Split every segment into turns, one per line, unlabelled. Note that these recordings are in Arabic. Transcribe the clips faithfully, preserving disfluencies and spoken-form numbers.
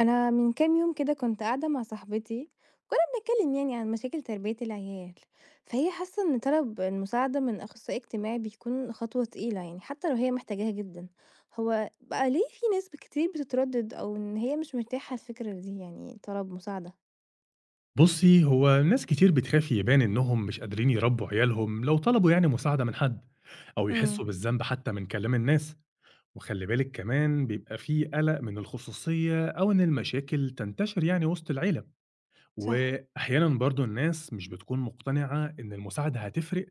أنا من كام يوم كده كنت قاعدة مع صاحبتي. كنا بنتكلم يعني عن مشاكل تربية العيال. فهي حاسة إن طلب المساعدة من أخصائي اجتماعي بيكون خطوة تقيلة، يعني حتى لو هي محتاجاها جدا. هو بقى ليه في ناس كتير بتتردد أو إن هي مش مرتاحة الفكرة دي، يعني طلب مساعدة؟
بُصّي، هو ناس كتير بتخاف يبان إنهم مش قادرين يربّوا عيالهم لو طلبوا يعني مساعدة من حد، أو
امم.
يحسّوا بالذنب حتى من كلام الناس، وخلّي بالِك كمان بيبقى في قلق من الخصوصية أو إن المشاكل تنتشر يعني وسط العيلة،
صح.
وأحيانًا برضه الناس مش بتكون مقتنعة إن المساعدة هتفرق،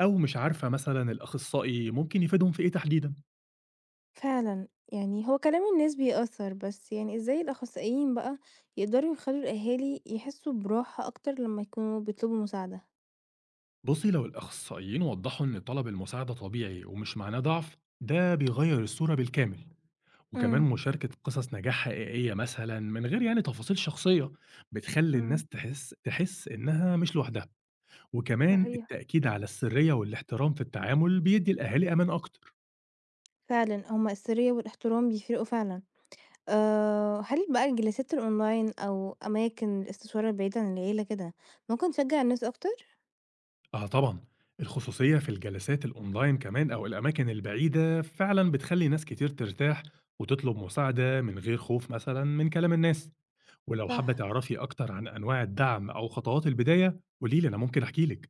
أو مش عارفة مثلًا الأخصائي ممكن يفيدهم في إيه تحديدًا.
فعلا، يعني هو كلام الناس بيأثر، بس يعني إزاي الأخصائيين بقى يقدروا يخلوا الأهالي يحسوا براحة أكتر لما يكونوا بيطلبوا مساعدة؟
بُصّي، لو الأخصائيين وضّحوا إن طلب المساعدة طبيعي ومش معناه ضعف، ده بيغيّر الصورة بالكامل. وكمان
امم.
مشاركة قصص نجاح حقيقية مثلا من غير يعني تفاصيل شخصية بتخلي
امم.
الناس تحس تحس إنها مش لوحدها، وكمان
صحيح.
التأكيد على السرية والاحترام في التعامل بيدي الأهالي أمان أكتر.
فعلًا، هم السرية والاحترام بيفرقوا فعلًا. آآ، هل بقى الجلسات الأونلاين أو أماكن الاستشارة البعيدة عن العيلة كده ممكن تشجع الناس أكتر؟
آه طبعا، الخصوصية في الجلسات الأونلاين كمان أو الأماكن البعيدة فعلا بتخلي ناس كتير ترتاح وتطلب مساعدة من غير خوف مثلا من كلام الناس. ولو حابة
صح،
تعرفي أكتر عن أنواع الدعم أو خطوات البداية قوليلي، أنا ممكن أحكيلك.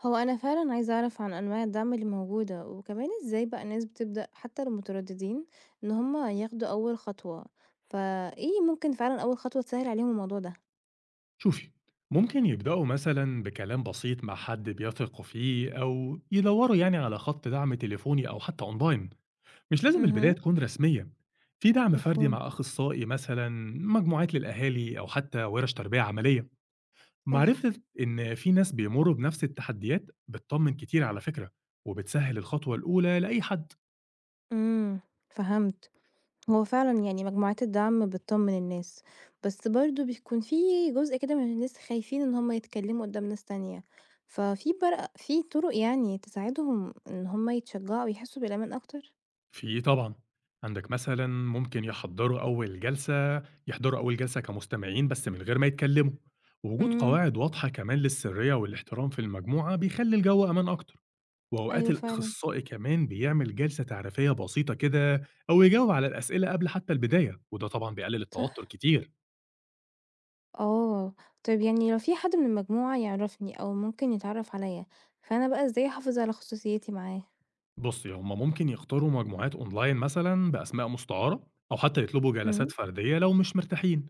هو أنا فعلًا عايزة أعرف عن أنواع الدعم اللي موجودة، وكمان إزاي بقى الناس بتبدأ حتى لو مترددين إن هم ياخدوا أول خطوة، فإيه ممكن فعلًا أول خطوة تسهل عليهم الموضوع ده؟
شوفي، ممكن يبدأوا مثلا بكلام بسيط مع حد بيثقوا فيه أو يدوروا يعني على خط دعم تليفوني أو حتى أونلاين. مش لازم البداية
اهم.
تكون رسمية. في دعم فردي
مفهوم.
مع أخصائي مثلا، مجموعات للأهالي أو حتى ورش تربية عملية.
صح.
معرفة إن في ناس بيمروا بنفس التحديات بتطمن كتير على فكرة، وبتسهل الخطوة الأولى لأي حد.
إمم. فهمت. هو فعلًا يعني مجموعات الدعم بتطمن الناس، بس برضه بيكون في جزء كده من الناس خايفين إن هُم يتكلموا قدّام ناس تانية، ففي برق في طرق يعني تساعدهم إن هُم يتشجعوا ويحسوا بالأمان أكتر؟
في طبعًا، عندك مثلًا ممكن يحضّروا أول جلسة يحضروا أول جلسة كمستمعين بس من غير ما يتكلموا، ووجود
إمم.
قواعد واضحة كمان للسرية والاحترام في المجموعة بيخلّي الجو أمان أكتر، وأوقات
أيوه فعلًا.
الأخصائي كمان بيعمل جلسة تعريفية بسيطة كده أو يجاوب على الأسئلة قبل حتى البداية، وده طبعًا بيقلل التوتر
صح.
كتير.
آه. طيب يعني لو في حد من المجموعة يعرفني أو ممكن يتعرف عليَّ، فأنا بقى إزاي أحافظ على خصوصيتي معاه؟
بُصّي، هم ممكن يختاروا مجموعات أونلاين مثلًا بأسماء مستعارة أو حتى يطلبوا
إمم.
جلسات فردية لو مش مرتاحين.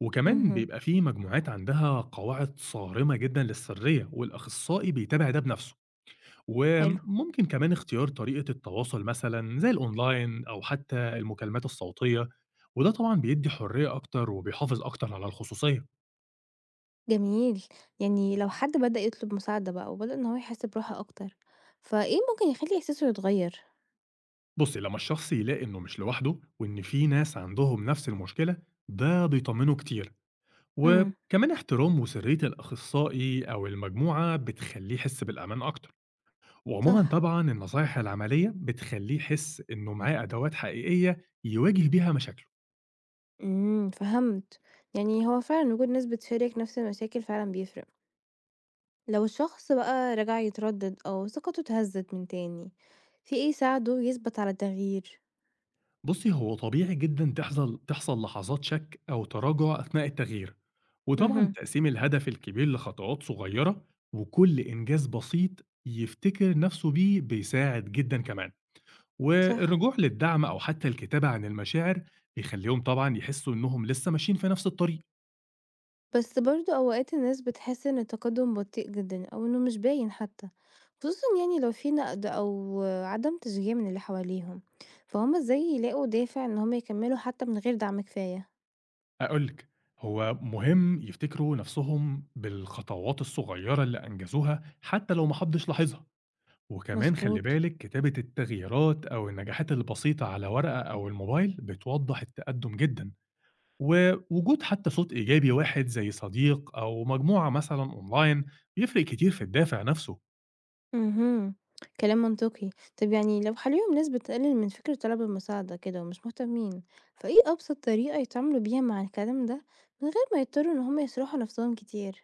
وكمان
اهم.
بيبقى في مجموعات عندها قواعد صارمة جدا للسرية، والأخصائي بيتابع ده بنفسه.
حلو.
وممكن كمان اختيار طريقة التواصل مثلا زي الأونلاين أو حتى المكالمات الصوتية، وده طبعا بيدي حرية أكتر وبيحافظ أكتر على الخصوصية.
جميل، يعني لو حد بدأ يطلب مساعدة بقى وبدأ إن هو يحس براحة أكتر، فإيه ممكن يخلي إحساسه يتغير؟
بصي، لما الشخص يلاقي إنه مش لوحده وإن في ناس عندهم نفس المشكلة، ده بيطمنه كتير.
امم.
وكمان احترام وسرية الأخصائي أو المجموعة بتخليه يحس بالأمان أكتر. وعمومًا
صح.
طبعًا النصايح العملية بتخلّيه يحس إنه معاه أدوات حقيقية يواجه بيها مشاكله.
امم. فهمت. يعني هو فعلا وجود ناس بتشارك نفس المشاكل فعلا بيفرق، لو الشخص بقى رجع يتردد أو ثقته اتهزت من تاني، في إيه يساعده يثبت على التغيير؟
بُصّي، هو طبيعي جدًا تحصل تحصل لحظات شك أو تراجع أثناء التغيير، وطبعًا
امم.
تقسيم الهدف الكبير لخطوات صغيرة وكل إنجاز بسيط يفتكر نفسه بيه بيساعد جدًا كمان،
صح.
والرجوع للدعم أو حتى الكتابة عن المشاعر بيخلّيهم طبعًا يحسوا إنهم لسه ماشيين في نفس الطريق.
بس برضه أوقات الناس بتحس إن التقدم بطيء جدًا أو إنه مش باين حتى، خصوصًا يعني لو في نقد أو عدم تشجيع من اللي حواليهم، فهُم إزاي يلاقوا دافع إن هُم يكمّلوا حتى من غير دعم كفاية؟
هاقول لِك، هو مهم يفتكروا نفسهم بالخطوات الصغيّرة اللي أنجزوها حتى لو ما حدش لاحظها، وكمان خلّي
مضبوط.
بالِك كتابة التغييرات أو النجاحات البسيطة على ورقة أو الموبايل بتوضّح التقدّم جدًا، ووجود حتى صوت إيجابي واحد زي صديق أو مجموعة مثلًا أونلاين بيفرق كتير في الدافع نفسه.
اهم. كلام منطقي. طب يعني لو حواليهم ناس بتقلل من فكرة طلب المساعدة كده ومش مهتمين، فإيه أبسط طريقة يتعاملوا بيها مع الكلام ده من غير ما يضطروا إن هُم يصرحوا نفسهم كتير؟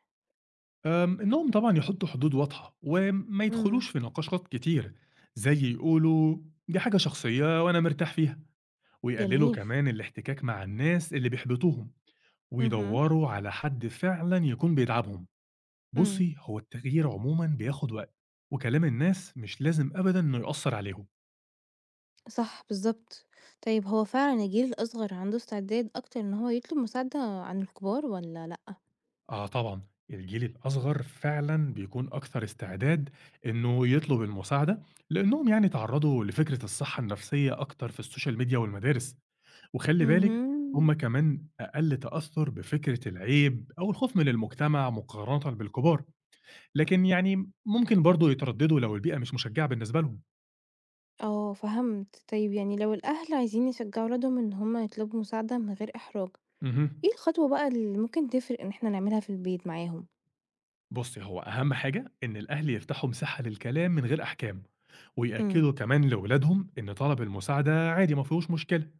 آمم، إنهم طبعًا يحطّوا حدود واضحة وما
إمم.
يدخلوش في نقاشات كتير، زي يقولوا دي حاجة شخصية وأنا مرتاح فيها. ويقللوا
جميل.
كمان الاحتكاك مع الناس اللي بيحبطوهم،
اهم.
ويدوروا على حد فعلا يكون بيدعمهم.
إمم.
بصي، هو التغيير عموما بياخد وقت، وكلام الناس مش لازم ابدا انه يأثر عليهم.
صح بالضبط. طيب هو فعلًا الجيل الأصغر عنده استعداد أكتر إن هو يطلب مساعدة عن الكبار والّا لأ؟
اه طبعا، الجيل الاصغر فعلا بيكون اكثر استعداد انه يطلب المساعده، لانهم يعني تعرضوا لفكره الصحه النفسيه اكتر في السوشيال ميديا والمدارس. وخلي بالك،
اهم.
هم كمان اقل تاثر بفكره العيب او الخوف من المجتمع مقارنه بالكبار، لكن يعني ممكن برضه يترددوا لو البيئة مش مشجعة بالنسبة لهم.
آه فهمت. طيب يعني لو الأهل عايزين يشجعوا ولادهم إن هم يطلبوا مساعدة من غير إحراج،
اهم.
إيه الخطوة بقى اللي ممكن تفرق إن إحنا نعملها في البيت معاهم؟
بُصّي، هو أهم حاجة إن الأهل يفتحوا مساحة للكلام من غير أحكام،
إمم.
ويأكدوا كمان لولادهم إن طلب المساعدة عادي ما فيهوش مشكلة.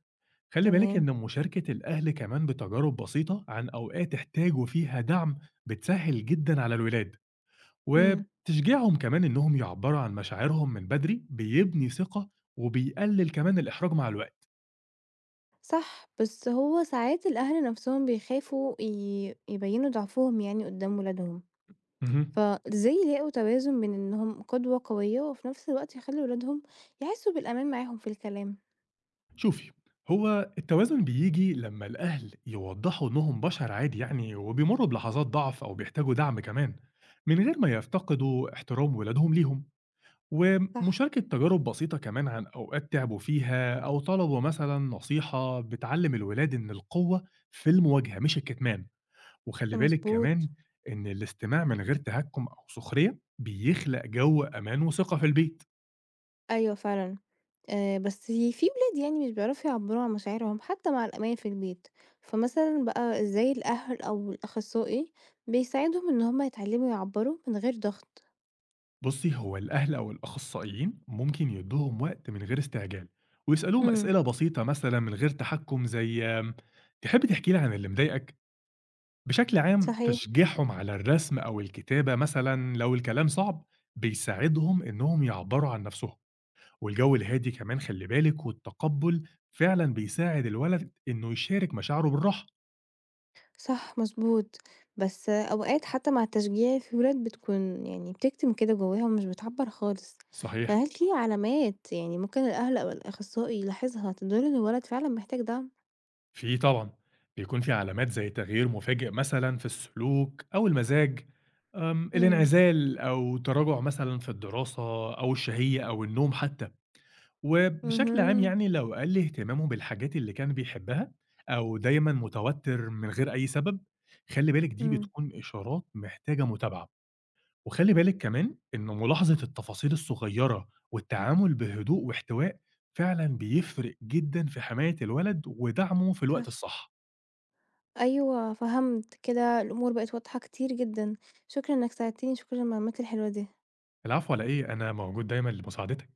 خلّي بالِك
تمام.
إن مشاركة الأهل كمان بتجارب بسيطة عن أوقات احتاجوا فيها دعم بتسهّل جدًا على الولاد،
إمم.
وتشجيعهم كمان إنهم يعبّروا عن مشاعرهم من بدري بيبني ثقة وبيقلل كمان الإحراج مع الوقت.
صح، بس هو ساعات الأهل نفسهم بيخافوا ي يبيّنوا ضعفهم يعني قدّام ولادهم.
اهم.
فإزاي يلاقوا توازن بين إنهم قدوة قوية وفي نفس الوقت يخلّوا ولادهم يحسّوا بالأمان معاهم في الكلام؟
شوفي، هو التوازن بيجي لما الأهل يوضحوا إنهم بشر عادي يعني وبيمروا بلحظات ضعف أو بيحتاجوا دعم كمان من غير ما يفتقدوا احترام ولادهم ليهم.
صح.
ومشاركة تجارب بسيطة كمان عن أوقات تعبوا فيها أو طلبوا مثلا نصيحة بتعلم الولاد إن القوة في المواجهة مش الكتمان. وخلي بالك
مضبوط.
كمان إن الاستماع من غير تهكم أو سخرية بيخلق جو أمان وثقة في البيت.
أيوه فعلًا. آآ بس في في ولاد يعني مش بيعرفوا يعبّروا عن مشاعرهم حتى مع الأمان في البيت، فمثلًا بقى إزاي الأهل أو الأخصائي بيساعدهم إن هُم يتعلّموا يعبّروا من غير ضغط؟
بُصّي، هو الأهل أو الأخصائيين ممكن يدّوهم وقت من غير استعجال، ويسألوهم
إمم.
أسئلة بسيطة مثلًا من غير تحكُّم، زي آمم، "تحب تحكي لي عن اللي مضايقك؟" بشكل عام
صحيح.
تشجيعهم على الرسم أو الكتابة مثلًا لو الكلام صعب، بيساعدهم إنهم يعبّروا عن نَفْسهم، والجو الهادي كمان خلّي بالِك والتقبُّل فعلًا بيساعد الولد إنه يشارك مشاعره بالراحة.
صح مضبوط، بس أوقات حتى مع التشجيع في ولاد بتكون يعني بتكتم كده جواها ومش بتعبّر خالص،
صحيح.
فهل في علامات يعني ممكن الأهل أو الأخصائي يلاحظها تدل إن الولد فعلًا محتاج دعم؟
في طبعًا، بيكون في علامات زي تغيير مفاجئ مثلًا في السلوك أو المزاج، آمم،
امم.
الانعزال أو تراجع مثلًا في الدراسة أو الشهية أو النوم حتى. وبشكل عام
اهم.
يعني لو قَل اهتمامه بالحاجات اللي كان بيحبها أو دايمًا متوتر من غير أي سبب، خلّي بالِك دي
امم.
بتكون إشارات محتاجة متابعة. وخلّي بالِك كمان إن ملاحظة التفاصيل الصغيرة والتعامل بهدوء واحتواء فعلًا بيفرق جدًا في حماية الولد ودعمه في الوقت
صح.
الصح.
أيوه فهمت كده الأمور بقت واضحة كتير جدًا، شكرًا إنك ساعدتني، شكرًا على المعلومات الحلوة دي.
العفو على إيه، أنا موجود دايمًا لمساعدتك.